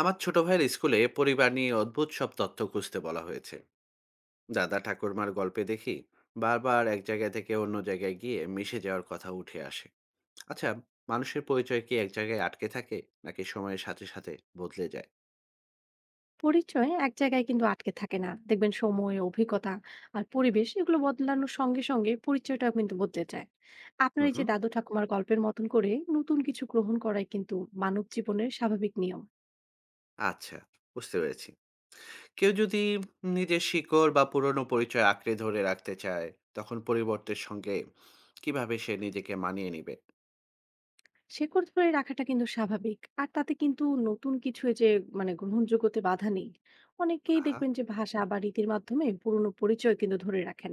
আমার ছোট ভাইয়ের স্কুলে পরিবার নিয়ে অদ্ভুত সব তথ্য খুঁজতে বলা হয়েছে। দাদা ঠাকুরমার গল্পে দেখি বারবার এক জায়গা থেকে অন্য জায়গায় গিয়ে মিশে যাওয়ার কথা উঠে আসে। আচ্ছা, মানুষের পরিচয় কি এক জায়গায় আটকে থাকে, নাকি সময়ের সাথে সাথে বদলে যায়? পরিচয় এক জায়গায় কিন্তু আটকে থাকে না, দেখবেন সময়, অভিজ্ঞতা আর পরিবেশ এগুলো বদলানোর সঙ্গে সঙ্গে পরিচয়টাও কিন্তু বদলে যায়। আপনার হুম, এই যে হুম। দাদু ঠাকুমার গল্পের মতন করে নতুন কিছু গ্রহণ করাই কিন্তু মানব জীবনের স্বাভাবিক নিয়ম। আচ্ছা, বুঝতে পেরেছি। কেউ যদি নিজের শিকড় বা পুরনো পরিচয় আঁকড়ে ধরে রাখতে চায়, তখন পরিবর্তের সঙ্গে কিভাবে সে নিজেকে মানিয়ে নেবে? শেকড় ধরে রাখাটা কিন্তু স্বাভাবিক। আর তাতে কিন্তু নতুন কিছু এই যে মানে গ্রহণযোগ্যতে বাধা নেই। অনেকেই আহা। দেখবেন যে ভাষা বা রীতির মাধ্যমে পুরনো পরিচয় কিন্তু ধরে রাখেন।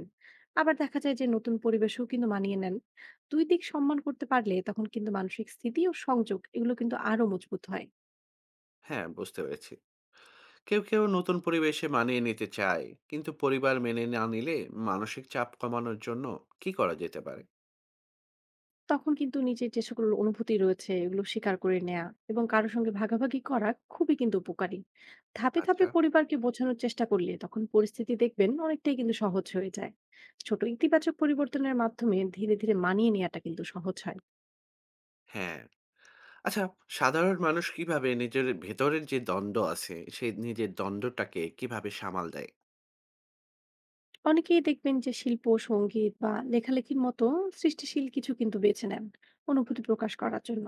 আবার দেখা যায় যে নতুন পরিবেশেও কিন্তু মানিয়ে নেন। ২ দিক সম্মান করতে পারলে তখন কিন্তু মানসিক স্থিতি ও সংযোগ এগুলো কিন্তু আরো মজবুত হয়। হ্যাঁ, বুঝতে পেরেছি। কেউ কেউ নতুন পরিবেশে মানিয়ে নিতে চায়, কিন্তু পরিবার মেনে না নিলে মানসিক চাপ কমানোর জন্য কি করা যেতে পারে? তখন কিন্তু নিজের যে সকল অনুভূতি রয়েছে এগুলো স্বীকার করে নেওয়া এবং কারোর সঙ্গে ভাগাভাগি করা খুবই কিন্তু উপকারী। ধাপে ধাপে আচ্ছা। পরিবারকে বোঝানোর চেষ্টা করলে তখন পরিস্থিতি দেখবেন অনেকটাই কিন্তু সহজ হয়ে যায়। ছোট ইতিবাচক পরিবর্তনের মাধ্যমে ধীরে ধীরে মানিয়ে নেওয়াটা কিন্তু সহজ হয়। হ্যাঁ। আচ্ছা, সাধারণ মানুষ কিভাবে নিজের ভেতরের যে দ্বন্দ্ব আছে সেই নিজের দ্বন্দ্বটাকে কিভাবে সামাল দেয়? অনেকেই দেখবেন যে শিল্প, সংগীত বা লেখালেখির মতো সৃষ্টিশীল কিছু কিন্তু বেছে নেন অনুভূতি প্রকাশ করার জন্য।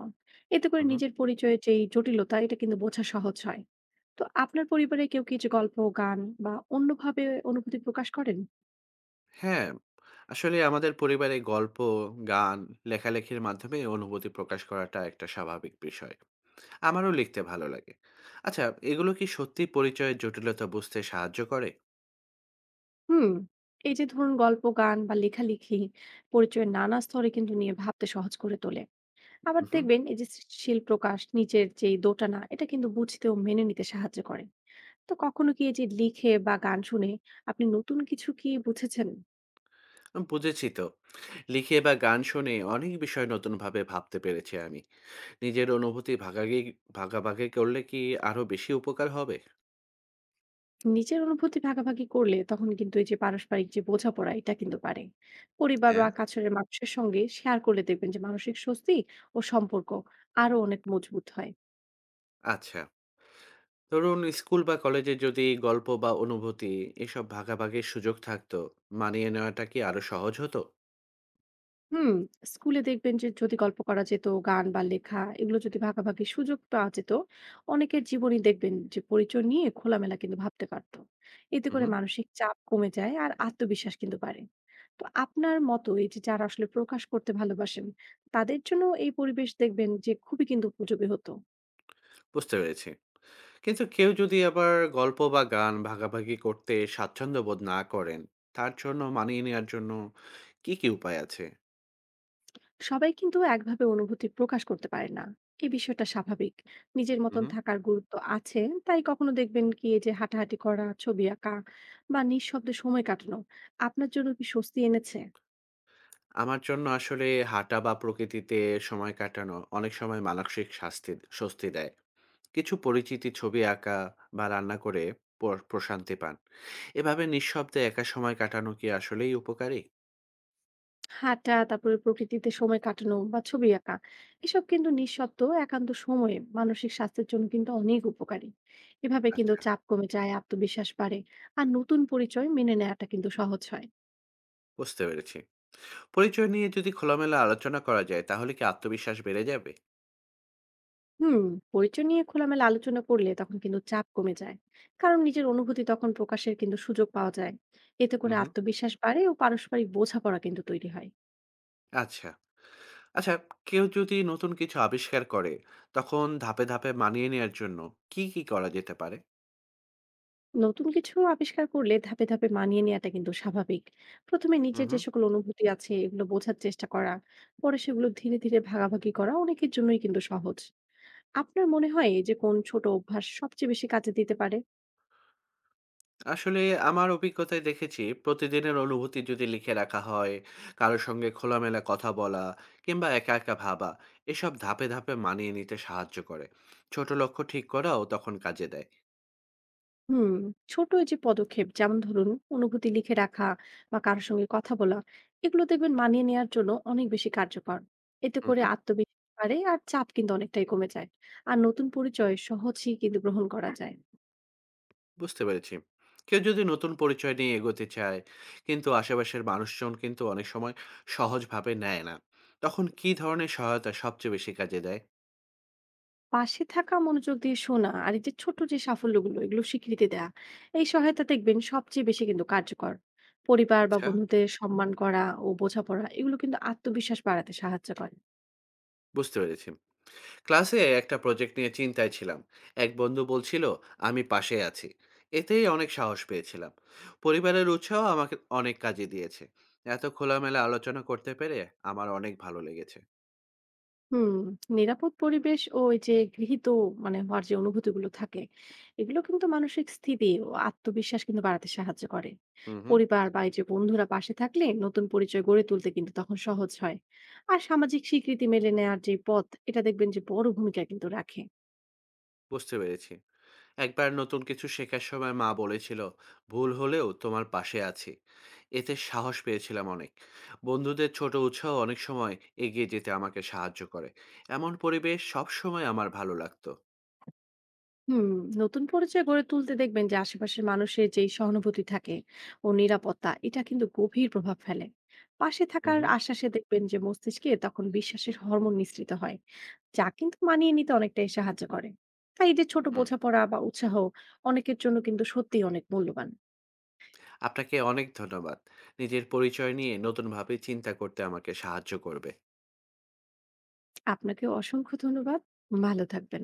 এতে করে হুম। নিজের পরিচয়ের যে এই জটিলতা এটা কিন্তু বোঝা সহজ হয়। তো আপনার পরিবারে কেউ কিছু গল্প, গান বা অন্যভাবে অনুভূতি প্রকাশ করেন? হ্যাঁ, আসলে আমাদের পরিবারে গল্প, গান, লেখালেখির মাধ্যমে অনুভূতি প্রকাশ করাটা একটা স্বাভাবিক বিষয়। আমারও লিখতে ভালো লাগে। আচ্ছা, এগুলো কি সত্যি পরিচয়ের জটিলতা বুঝতে সাহায্য করে? হুম, এই যে ধরুন গল্প, গান বা লেখালেখি পরিচয়ের নানা স্তরে কিন্তু নিয়ে ভাবতে সহজ করে তোলে। আবার হুম। দেখবেন এই যে সৃষ্টিশীল প্রকাশ নিচের যে দোটানা এটা কিন্তু বুঝতে ও মেনে নিতে সাহায্য করে। তো কখনো কি এই যে লিখে বা গান শুনে আপনি নতুন কিছু কি বুঝেছেন? বুঝেছি তো। লিখে বা গান শুনে অনেক বিষয় নতুনভাবে ভাবতে পেরেছি আমি। নিজের অনুভূতি ভাগাভাগি করলে কি আরো বেশি উপকার হবে? নিজের অনুভূতি ভাগাভাগি করলে তখন কিন্তু এই যে পারস্পরিক যে বোঝাপড়া এটা কিন্তু পারে। পরিবার হ্যাঁ। বা কাছের মানুষের সঙ্গে শেয়ার করলে দেখবেন যে মানসিক স্বস্তি ও সম্পর্ক আরো অনেক মজবুত হয়। আচ্ছা, ধরুন স্কুল বা কলেজে যদি গল্প বা অনুভূতি এসব ভাগাভাগির সুযোগ থাকতো, মানিয়ে নেওয়াটা কি আরো সহজ হতো? হুম, স্কুলে দেখবেন যে যদি গল্প করা যেত, গান বা লেখা এগুলো যদি ভাগাভাগি সুযোগ পাওয়া যেত, অনেকের জীবনই দেখবেন যে পরিচয় নিয়ে খোলামেলা কিন্তু ভাবতে পারতো। এতে হুম, করে হুম। মানসিক চাপ কমে যায় আর আত্মবিশ্বাস কিন্তু বাড়ে। তো আপনার মতো এই যে যারা আসলে প্রকাশ করতে ভালোবাসেন, তাদের জন্য এই পরিবেশ দেখবেন যে খুবই কিন্তু উপযোগী হতো। বুঝতে পেরেছি। কিন্তু কেউ যদি আবার গল্প বা গান ভাগাভাগি করতে স্বাচ্ছন্দ্য বোধ না করেন, তার জন্য মানিয়ে নেওয়ার জন্য কি, কি উপায় আছে? সবাই কিন্তু একভাবে অনুভূতি প্রকাশ করতে পারে না, এই বিষয়টা স্বাভাবিক। নিজের হুম, মতন হুম। থাকার গুরুত্ব আছে। তাই কখনো দেখবেন কি এই যে হাঁটাহাঁটি করা, ছবি আঁকা বা নিঃশব্দে সময় কাটানো আপনার জন্য কি স্বস্তি এনেছে? আমার জন্য আসলে হাঁটা বা প্রকৃতিতে সময় কাটানো অনেক সময় মানসিক শাস্তি, স্বস্তি দেয়। কিছু পরিচিতি ছবি আঁকা বা রান্না করে প্রশান্তি পান। এভাবে নিঃশব্দে একা সময় কাটানো কি আসলেই উপকারী? হাঁটা, তারপরে প্রকৃতিতে সময় কাটানো বা ছবি আঁকা এসব কিন্তু নিঃশব্দ একান্ত সময়ে মানসিক স্বাস্থ্যের জন্য কিন্তু অনেক উপকারী। এভাবে কিন্তু আচ্ছা, চাপ কমে যায়, আত্মবিশ্বাস বাড়ে আর নতুন পরিচয় মেনে নেওয়াটা কিন্তু সহজ হয়। বুঝতে পেরেছি। পরিচয় নিয়ে যদি খোলামেলা আলোচনা করা যায়, তাহলে কি আত্মবিশ্বাস বেড়ে যাবে? হুম, পরিচয় নিয়ে খোলামেলা আলোচনা করলে তখন কিন্তু চাপ কমে যায়, কারণ নিজের অনুভূতি তখন প্রকাশের কিন্তু সুযোগ পাওয়া যায়। এতে হুম, করে হুম। আত্মবিশ্বাস বাড়ে ও পারস্পরিক বোঝাপড়া কিন্তু তৈরি হয়। আচ্ছা। আচ্ছা, কেউ যদি নতুন কিছু আবিষ্কার করে তখন ধাপে ধাপে মানিয়ে নেওয়ার জন্য কি কি করা যেতে পারে? নতুন কিছু আবিষ্কার করলে ধাপে ধাপে মানিয়ে নেওয়াটা কিন্তু স্বাভাবিক। প্রথমে হুম, নিজের যে হুম। সকল অনুভূতি আছে এগুলো বোঝার চেষ্টা করা, পরে সেগুলো ধীরে ধীরে ভাগাভাগি করা অনেকের জন্যই কিন্তু সহজ। আপনার মনে হয় এই যে কোন ছোট অভ্যাস সবচেয়ে বেশি কাজে দিতে পারে? আসলে আমার অভিজ্ঞতায় দেখেছি, প্রতিদিনের অনুভূতি যদি লিখে রাখা হয়, কারোর সঙ্গে খোলামেলা কথা বলা কিংবা একা একা ভাবা, এসব ধাপে ধাপে মানিয়ে নিতে সাহায্য করে। ছোট লক্ষ্য ঠিক করাও তখন কাজে দেয়। হুম, ছোট এই যে পদক্ষেপ, যেমন ধরুন অনুভূতি লিখে রাখা বা কারোর সঙ্গে কথা বলা, এগুলো দেখবেন মানিয়ে নেওয়ার জন্য অনেক বেশি কার্যকর। এতে হুম, করে হুম। আত্মবিশ্বাস বাড়ে আর চাপ কিন্তু অনেকটাই কমে যায়, আর নতুন পরিচয় সহজেই কিন্তু গ্রহণ করা যায়। বুঝতে পেরেছি। কেউ যদি নতুন পরিচয় নিয়ে এগোতে চায়, কিন্তু আশেপাশের মানুষজন কিন্তু অনেক সময় সহজভাবে নেয় না, তখন কি ধরনের সহায়তা সবচেয়ে বেশি কাজে দেয়? পাশে থাকা, মনোযোগ দিয়ে শোনা আর এই যে ছোট যে সাফল্যগুলো এগুলো স্বীকৃতি দেয়া, এই সহায়তা দেখবেন সবচেয়ে বেশি কিন্তু কার্যকর। পরিবার বা আচ্ছা, বন্ধুদের সম্মান করা ও বোঝাপড়া এগুলো কিন্তু আত্মবিশ্বাস বাড়াতে সাহায্য করে। বুঝতে পেরেছি। ক্লাসে একটা প্রজেক্ট নিয়ে চিন্তায় ছিলাম। এক বন্ধু বলছিল, আমি পাশে আছি। এতেই অনেক সাহস পেয়েছিলাম। পরিবারের উৎসাহ আমাকে অনেক কাজে দিয়েছে। এত খোলামেলা আলোচনা করতে পেরে আমার অনেক ভালো লেগেছে। হুম, নিরাপদ পরিবেশ ও এই যে গৃহীত মানে হওয়ার যে অনুভূতিগুলো থাকে, এগুলো কিন্তু মানসিক স্থিতি ও আত্মবিশ্বাস কিন্তু বাড়াতে সাহায্য করে। হুম, হুম। পরিবার বা এই যে বন্ধুরা পাশে থাকলে নতুন পরিচয় গড়ে তুলতে কিন্তু তখন সহজ হয়। আর সামাজিক স্বীকৃতি মেলে নেয়ার যে পথ, এটা দেখবেন যে বড় ভূমিকা কিন্তু রাখে। বুঝতে পেরেছি। একবার নতুন কিছু শেখার সময় মা বলেছিল, ভুল হলেও তোমার পাশে আছি। এতে সাহস পেয়েছিলাম অনেক। বন্ধুদের ছোট উৎসাহ অনেক সময় এগিয়ে যেতে আমাকে সাহায্য করে। এমন পরিবেশ সব সময় আমার ভালো লাগতো। হুম, নতুন পরিচয় গড়ে তুলতে দেখবেন যে আশেপাশের মানুষের যেই সহানুভূতি থাকে ও নিরাপত্তা, এটা কিন্তু গভীর প্রভাব ফেলে। পাশে হুম, থাকার হুম। আশ্বাসে দেখবেন যে মস্তিষ্কে তখন বিশ্বাসের হরমোন নিঃসৃত হয়, যা কিন্তু মানিয়ে নিতে অনেকটাই সাহায্য করে। তাই এই যে ছোট হুম। বোঝাপড়া বা উৎসাহ অনেকের জন্য কিন্তু সত্যিই অনেক মূল্যবান। আপনাকে অনেক ধন্যবাদ। নিজের পরিচয় নিয়ে নতুনভাবে চিন্তা করতে আমাকে সাহায্য করবে। আপনাকেও অসংখ্য ধন্যবাদ। ভালো থাকবেন।